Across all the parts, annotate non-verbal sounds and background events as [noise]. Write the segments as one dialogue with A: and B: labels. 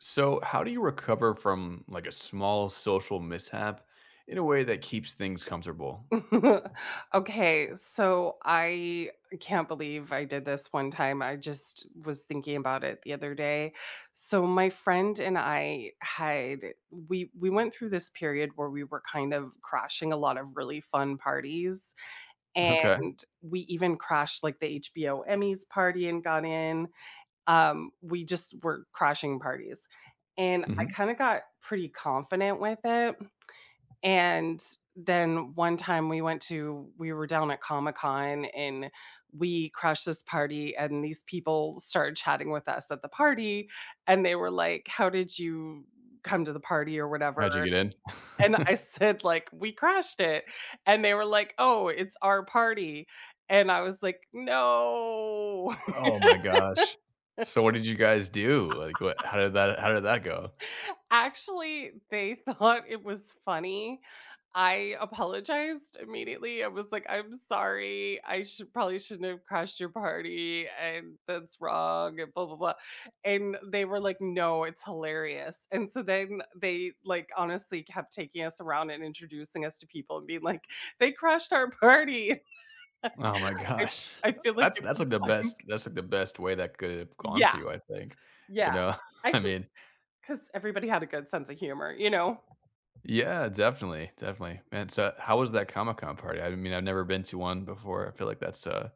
A: So, how do you recover from like a small social mishap in a way that keeps things comfortable?
B: [laughs] Okay, so I can't believe I did this one time. I just was thinking about it the other day. So my friend and I had we went through this period where we were kind of crashing a lot of really fun parties, and
A: Okay.
B: we even crashed like the HBO Emmys party and got in. We just were crashing parties. And I
A: hmm
B: kind of got pretty confident with it. And then one time we went to we were down at Comic-Con and we crashed this party, and these people started chatting with us at the party, and they were like, "How did you come to the party?" or whatever.
A: How'd you get in?
B: And
A: [laughs]
B: I said like, "We crashed it." And they were like, "Oh, it's our party." And I was like, "No."
A: Oh my gosh. So, what did you guys do? Like, what? How did that? How did that go?
B: Actually, they [laughs] thought it was funny. I apologized immediately. I was like, "I'm sorry. I should probably shouldn't have crashed your party and that's wrong and blah blah blah." And they were like, "No, it's hilarious." And so then they like honestly kept taking us around and introducing us to people and being like, "They crashed our party."
A: Oh my
B: [laughs] I
A: gosh.
B: I
A: [laughs]
B: feel like
A: That's
B: it
A: like
B: was
A: the
B: like
A: best. That's like the best way that could have gone
B: yeah,
A: for you, I think.
B: yeah.
A: You know.
B: I
A: [laughs] I
B: think
A: mean,
B: because everybody had a good sense of humor, you know?
A: yeah, definitely, definitely, man. So, how was that Comic Con party? I mean, I've never been to one before. I feel like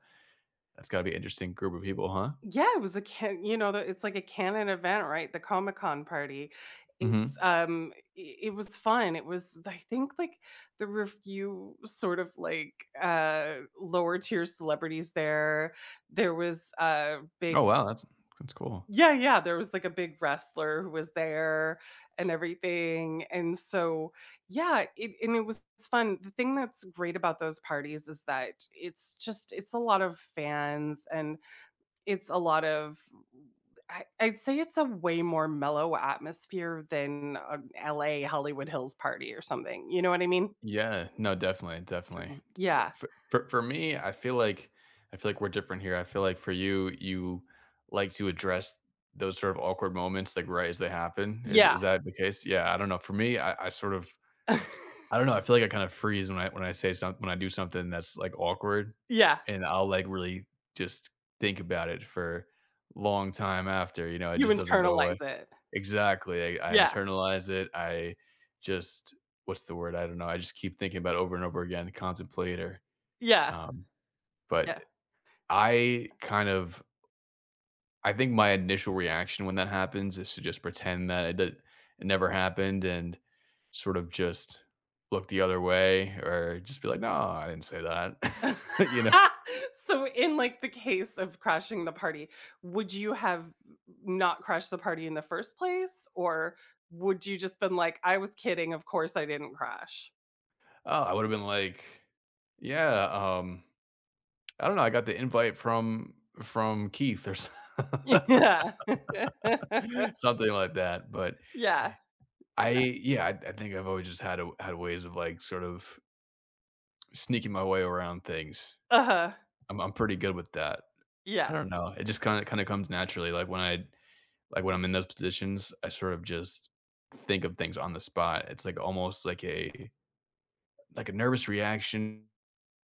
A: that's got to be an interesting group of people, huh?
B: Yeah, it was a can you know, the it's like a canon event, right? The Comic-Con party.
A: hmm
B: It's, I it was fun. It was I think, like, there were a few sort of, like, lower tier celebrities there. There was a big
A: Oh, wow. That's cool.
B: yeah, yeah, there was, like, a big wrestler who was there and everything, and so, yeah, it and it was fun. The thing that's great about those parties is that it's just it's a lot of fans, and it's a lot of I'd say it's a way more mellow atmosphere than an LA Hollywood Hills party or something, you know what I mean?
A: Yeah. No, definitely,
B: So
A: definitely. It's,
B: yeah.
A: for me, I feel like we're different here. I feel like for you, you like to address those sort of awkward moments, like, right as they happen. Is
B: Yeah.
A: that the case? Yeah, I don't know. For me, I sort of
B: [laughs]
A: I don't know, I feel like I kind of freeze when I say something when I do something that's, like, awkward,
B: Yeah.
A: and I'll, like, really just think about it for long time after, you know, it
B: You
A: just doesn't go
B: internalize
A: away.
B: it.
A: Exactly. I
B: Yeah.
A: internalize it. I just what's the word? I don't know. I just keep thinking about it over and over again, contemplate or,
B: Yeah.
A: um, but
B: Yeah.
A: I kind of I think my initial reaction when that happens is to just pretend that it never happened and sort of just look the other way or just be like, "No, I didn't say that." [laughs]
B: [laughs]
A: You know?
B: So, in, like, the case of crashing the party, would you have not crashed the party in the first place, or would you just been like, "I was kidding, of course I didn't crash?"
A: Oh, I would've been like, "Yeah, um, I don't know. I got the invite from Keith or so."
B: [laughs]
A: [laughs]
B: Yeah. [laughs]
A: [laughs] Something like that, but
B: Yeah.
A: I I think I've always just had ways of, like, sort of sneaking my way around things.
B: Uh-huh.
A: I'm pretty good with that.
B: Yeah.
A: I don't know, it just kinda comes naturally, like, when I like, when I'm in those positions, I sort of just think of things on the spot. It's, like, almost like a nervous reaction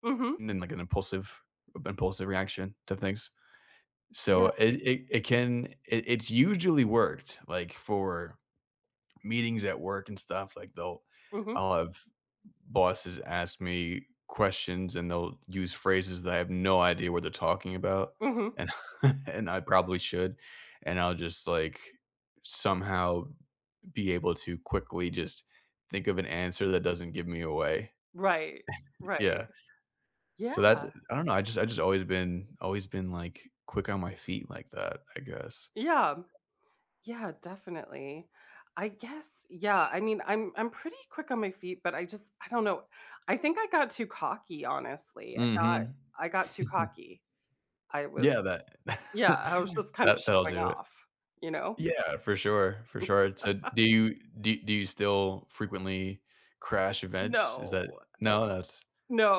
B: Mhm.
A: and, like, an impulsive reaction to things. So,
B: Yeah.
A: it can it it's usually worked, like, for meetings at work and stuff, like they'll
B: Mhm.
A: I'll have bosses ask me questions and they'll use phrases that I have no idea what they're talking about
B: Mhm.
A: and [laughs] and I probably should. And I'll just like somehow be able to quickly just think of an answer that doesn't give me away.
B: Right. Right.
A: Yeah.
B: Yeah.
A: So that's I don't know. I just always been like quick on my feet like that, I guess.
B: Yeah. Yeah, definitely. I guess yeah, I mean, I'm pretty quick on my feet, but I just I don't know. I think I got too cocky, honestly.
A: hmm
B: I got too
A: [laughs]
B: cocky. I was
A: Yeah, that
B: yeah,
A: [laughs]
B: I was just kind of
A: that'll
B: showing
A: do it.
B: off, you know?
A: Yeah, for sure, for sure. So do you still frequently crash events? Is
B: No.
A: that no, that's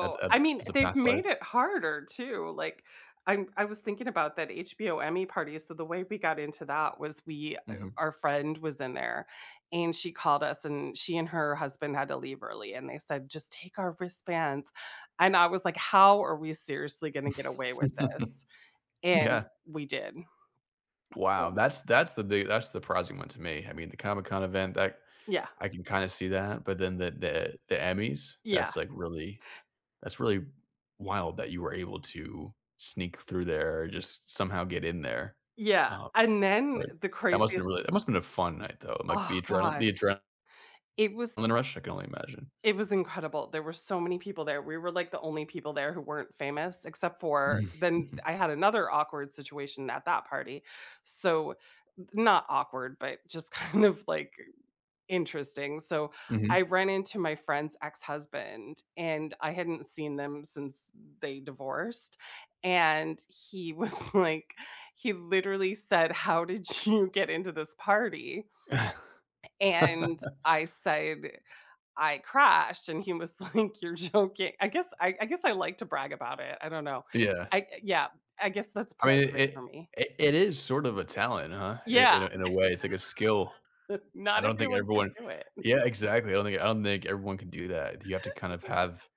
A: that's
B: I
A: that's
B: mean,
A: a
B: they've
A: past life.
B: made it harder too, like, I was thinking about that HBO Emmy party, so the way we got into that was we
A: Mhm.
B: our friend was in there, and she called us, and she and her husband had to leave early, and they said, "Just take our wristbands," and I was like, "How are we seriously gonna get away with
A: [laughs]
B: this?" And
A: Yeah.
B: we did.
A: Wow,
B: So
A: that's the big that's the surprising one to me. I mean, the Comic-Con event, that
B: yeah,
A: I can kinda see that, but then the Emmys,
B: yeah,
A: that's, like, really that's really wild that you were able to sneak through there or just somehow get in there.
B: yeah,
A: Um,
B: and then
A: but
B: the
A: that must've
B: craziest
A: really that must been a fun night, though, like,
B: oh
A: the adrenal
B: gosh,
A: the adre
B: it was
A: adrenaline rush, I can only imagine.
B: it was incredible. There were so many people there. We were, like, the only people there who weren't famous, except for then
A: Mhm.
B: I had another awkward situation at that party. So, not awkward, but just [laughs] kind of, like, interesting. So,
A: Mhm.
B: I ran into my friend's ex-husband, and I hadn't seen them since they divorced, and he was [laughs] like he literally said, "How did you get into this party?" And
A: [laughs]
B: I said I crashed," and he was [laughs] like, "You're joking." I guess I like to brag about it, I don't know.
A: Yeah.
B: I yeah, I guess that's
A: I
B: part
A: mean,
B: of it
A: it
B: for me.
A: it it is sort of a talent, huh? I
B: Yeah,
A: in a way, it's like a skill.
B: [laughs]
A: I
B: not
A: don't think
B: everyone can
A: everyone
B: do it.
A: Yeah, exactly. I don't think everyone can do that. You have to kind of have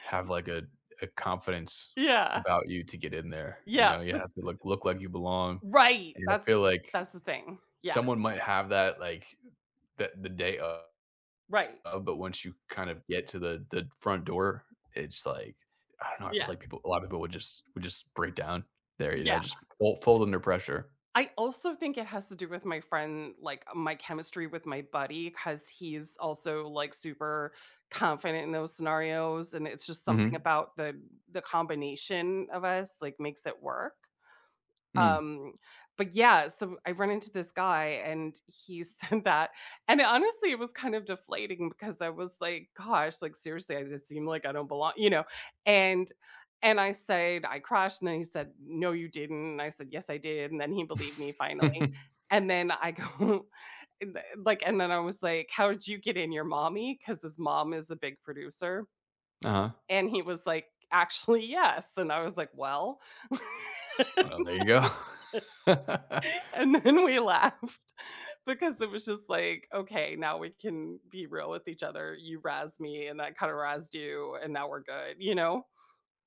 A: like, a confidence
B: Yeah,
A: about you to get in there, you
B: yeah,
A: know? You have to look like you belong,
B: right,
A: and I feel like
B: that's the thing. Yeah,
A: someone might have that, like, that the day of
B: right,
A: But once you kind of get to the front door, it's like, I don't know, I
B: yeah,
A: feel like people a lot of people would just break down there, you
B: yeah.
A: know, just fold under pressure.
B: I also think it has to do with my friend, like, my chemistry with my buddy, because he's also, like, super confident in those scenarios, and it's just something
A: Mhm.
B: about the combination of us, like, makes it work.
A: Mm.
B: Um, but yeah, so I run into this guy and he [laughs] said that. And honestly, it was kind of deflating because I was like, gosh, like seriously, I just seem like I don't belong, you know. And and I said, I crashed, and then he said, No, you didn't. And I said, Yes, I did. And then he believed me finally.
A: [laughs]
B: And then I go [laughs] and like, and then I was like, How did you get in your mommy? Because his mom is a big producer.
A: Uh-huh.
B: And he was like, Actually, yes. And I was like, Well, [laughs]
A: Well, there you go. [laughs]
B: and then we [laughs] laughed because it was just like, okay, now we can be real with each other. You razzed me and that kind of razzed you and now we're good, you know?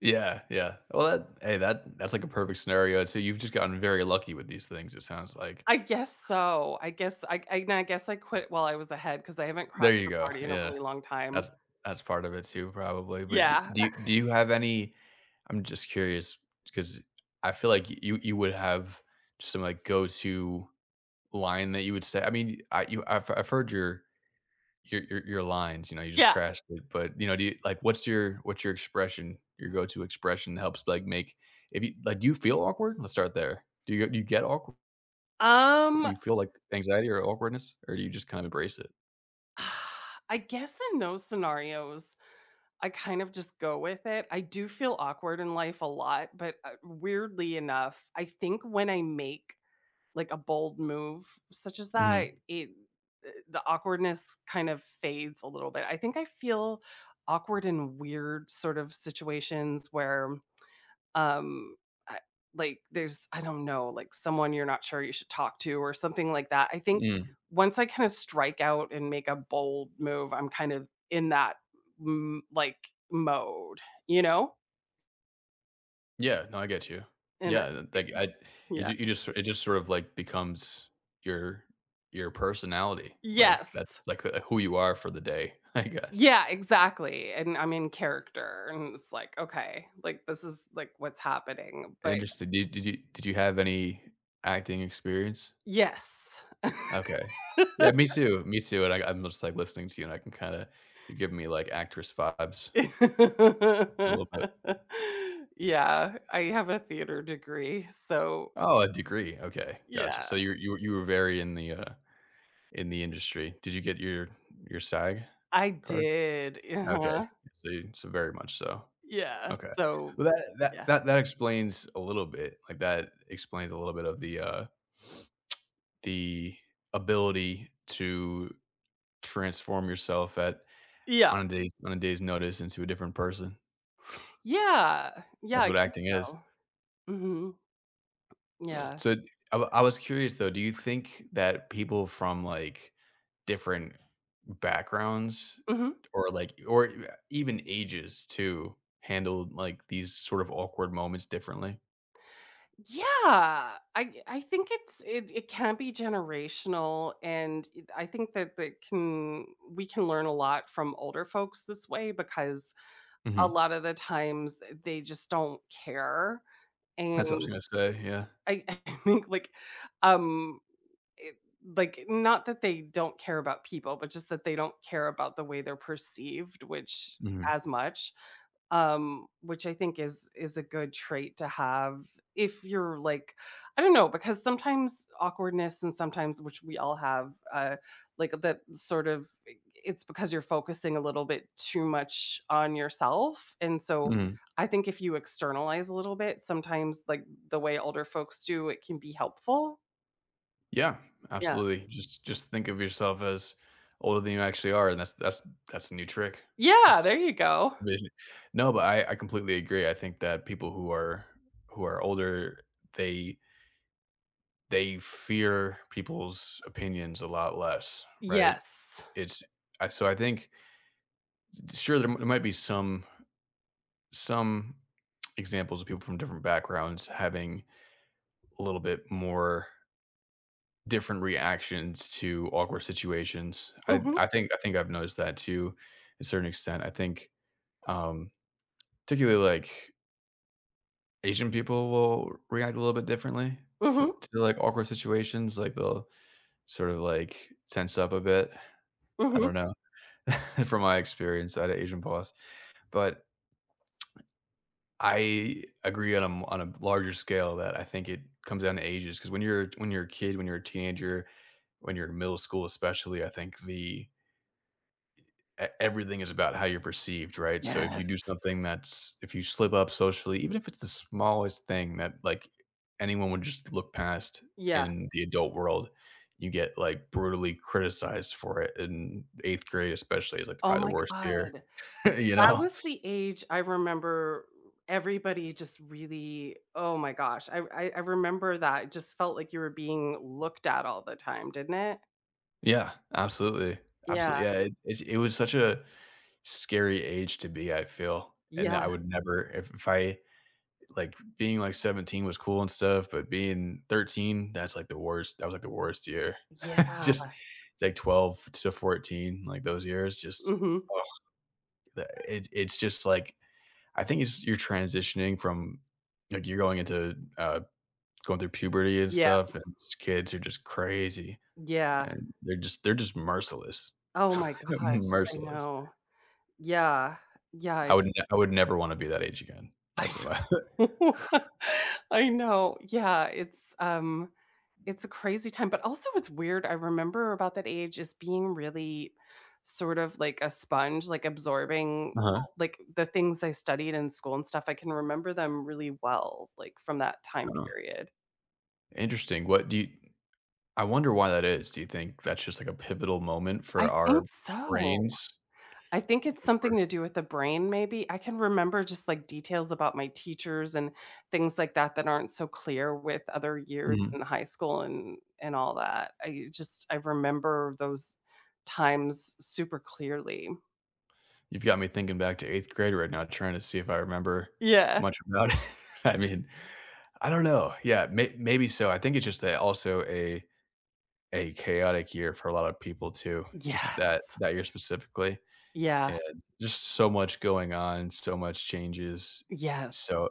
A: Yeah, yeah. Well, that hey, that's like a perfect scenario, so you've just gotten very lucky with these things, it sounds like.
B: I guess so. I guess I quit while I was ahead because I haven't crashed
A: There you
B: the
A: go,
B: party in a
A: yeah.
B: really long time.
A: That's part of it too, probably, but d
B: Yeah.
A: do you have any I'm just curious because I feel like you would have just some, like, go-to line that you would say I mean, I've heard your your lines, you know, you just
B: Yeah.
A: crashed it, but, you know, do you like, what's your expression, your go-to expression that helps, like, make if you like, do you feel awkward? Let's start there. Do you get awkward?
B: Um
A: Do you feel, like, anxiety or awkwardness, or do you just kind of embrace it?
B: [sighs] I guess in those scenarios, I kind of just go with it. I do feel awkward in life a lot, but weirdly enough, I think when I make like a bold move such as that,
A: Mhm.
B: it the awkwardness kind of fades a little bit. I think I feel awkward in weird sort of situations where, um, I like there's I don't know, like someone you're not sure you should talk to or something like that. I think
A: Mm.
B: once I kind of strike out and make a bold move, I'm kind of in that m like mode, you know?
A: Yeah, no, I get you.
B: And I
A: Yeah, th like, I you
B: yeah.
A: ju you just it just sort of, like, becomes your personality, like, that's,
B: Yes.
A: like, who you are for the day, [laughs] I guess.
B: Yeah, exactly, and I'm in character, and it's like, "Okay, like, this is, like, what's happening," but
A: Interesting. Did you have any acting experience?
B: yes.
A: Okay. Yeah, me too, and I'm just, like, listening to you, and I can kinda you give me, like, actress vibes a little bit.
B: [laughs] Yeah, I have a theater degree, so
A: Oh, a degree, okay, gotcha.
B: yeah,
A: So you were very in the industry. Did you get your SAG
B: I
A: card?
B: did,
A: Okay.
B: uh-huh,
A: So you so very much so.
B: yeah,
A: Okay.
B: so
A: Well, that that
B: yeah,
A: that that explains a little bit. Like, that explains a little bit of the ability to transform yourself at
B: yeah,
A: on a day's notice into a different person.
B: yeah, yeah, I
A: That's what
B: guess
A: acting is.
B: so, mhm, yeah,
A: So, I w- I was curious, though, do you think that people from, like, different backgrounds
B: mhm.
A: or, like or e even ages too handle, like, these sort of awkward moments differently?
B: Yeah, I think it it can be generational, and it- I think that that can we can learn a lot from older folks this way because a
A: Mhm.
B: lot of the times they just don't care,
A: That's what I
B: and
A: was gonna say, yeah.
B: I, [laughs] I think like um it, like not that they don't care about people, but just that they don't care about the way they're perceived, which
A: Mhm.
B: as much which I think is a good trait to have if you're like, I don't know, because sometimes awkwardness and sometimes which we all have, like that sort of it's because you're focusing a little bit too much on yourself, and so
A: Mhm.
B: I think if you externalize a little bit, sometimes like the way older folks do, it can be helpful.
A: Yeah,
B: Yeah,
A: absolutely. Just think of yourself as older than you actually are, and that's a new trick.
B: yeah,
A: Just
B: there you go.
A: envision No, but I completely agree. I think that people who are older, they they fear people's opinions a lot less, right?
B: Yes.
A: It's I so I think sure, there m- there might be some some examples of people from different backgrounds having a little bit more different reactions to awkward situations. I
B: Mhm.
A: I think I think I've noticed that to a certain extent. I think, um, particularly, like, Asian people will react a little bit differently for
B: Mhm.
A: to, like, awkward situations, like, they'll sort of, like, tense up a bit. I
B: Mhm.
A: don't know, [laughs] from my experience, I had an Asian boss, but I agree on a m on a larger scale that I think it comes down to ages. Because when you're a kid, when you're a teenager, when you're in middle school especially, I think the E everything is about how you're perceived, right? So if you
B: Yes.
A: do something that's if you slip up socially, even if it's the smallest thing that, like, anyone would just look past
B: Yeah.
A: in the adult world, you get, like, brutally criticized for it in 8th grade especially is, like,
B: Oh
A: probably the
B: my
A: worst year,
B: god.
A: [laughs] you
B: That
A: know?
B: was the age I remember everybody just really oh my gosh, I remember that, it just felt like you were being looked at all the time, didn't it?
A: Yeah, absolutely.
B: Yeah,
A: Absolutely, yeah, it's it was such a scary age to be, I feel, and
B: yeah,
A: I would never if if I like being like 17 was cool and stuff, but being 13, that's like the worst. That was like the worst year. [laughs]
B: yeah,
A: just like 12 to 14, like those years, just
B: mhm,
A: oh, it's just like I think it's you're transitioning from like you're going into going through puberty and
B: yeah,
A: stuff, and just kids are just crazy
B: yeah.
A: and they're just merciless.
B: Oh my
A: [laughs]
B: gosh, I
A: Merciless.
B: know. Yeah, yeah,
A: I would never want to be that age again.
B: I
A: That's what I [laughs]
B: [laughs] I know, yeah, it's, it's a crazy time, but also what's weird I remember about that age is being really sort of like a sponge, like absorbing
A: uh-huh.
B: all like, the things I studied in school and stuff, I can remember them really well, like, from that time
A: uh
B: period.
A: Interesting. What do you I wonder why that is. Do you think that's just, like, a pivotal moment
B: I
A: for
B: think
A: our
B: so.
A: brains?
B: I think
A: You
B: it's
A: think we're
B: something to do with the brain maybe. I can remember just, like, details about my teachers and things like that that aren't so clear with other years
A: Mhm.
B: in high school and all that. I just I remember those times super clearly.
A: You've got me thinking back to 8th grade right now, trying to see if I remember
B: Yeah.
A: much about it. [laughs] I mean, I don't know. Yeah, may maybe so. I think it's just that also a chaotic year for a lot of people too, just that
B: Yes.
A: that year specifically,
B: Yeah.
A: and just so much going on, so much changes.
B: Yes.
A: So,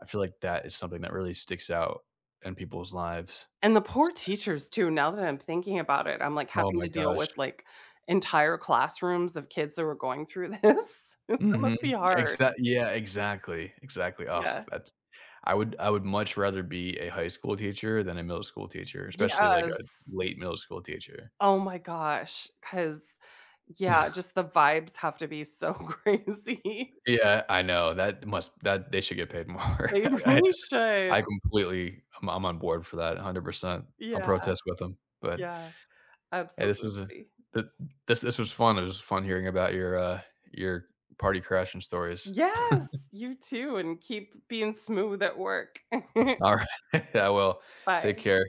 A: I feel like that is something that really sticks out in people's lives.
B: And the poor teachers too, now that I'm thinking about it, I'm, like,
A: Oh
B: having
A: my
B: to deal
A: gosh.
B: with, like, entire classrooms of kids that were going through this. [laughs] That
A: Mhm.
B: must be hard.
A: Exactly. Yeah, exactly, exactly. Oh,
B: Yeah.
A: that's I would much rather be a high school teacher than a middle school teacher, especially like
B: Yes.
A: a late middle school teacher.
B: Oh my gosh. Because yeah, just
A: [laughs]
B: the vibes have to be so [laughs] crazy.
A: Yeah, I know, that must that they should get paid more. [laughs]
B: They
A: I
B: really should.
A: I completely I'm on board for that 100%. I'll
B: Yeah,
A: protest with them, but,
B: yeah,
A: hey,
B: absolutely.
A: th this this was fun. It was fun hearing about your party crashing stories.
B: Yes, you too, and keep being smooth at work. [laughs]
A: Alright, [laughs] I will. Take
B: Bye.
A: care.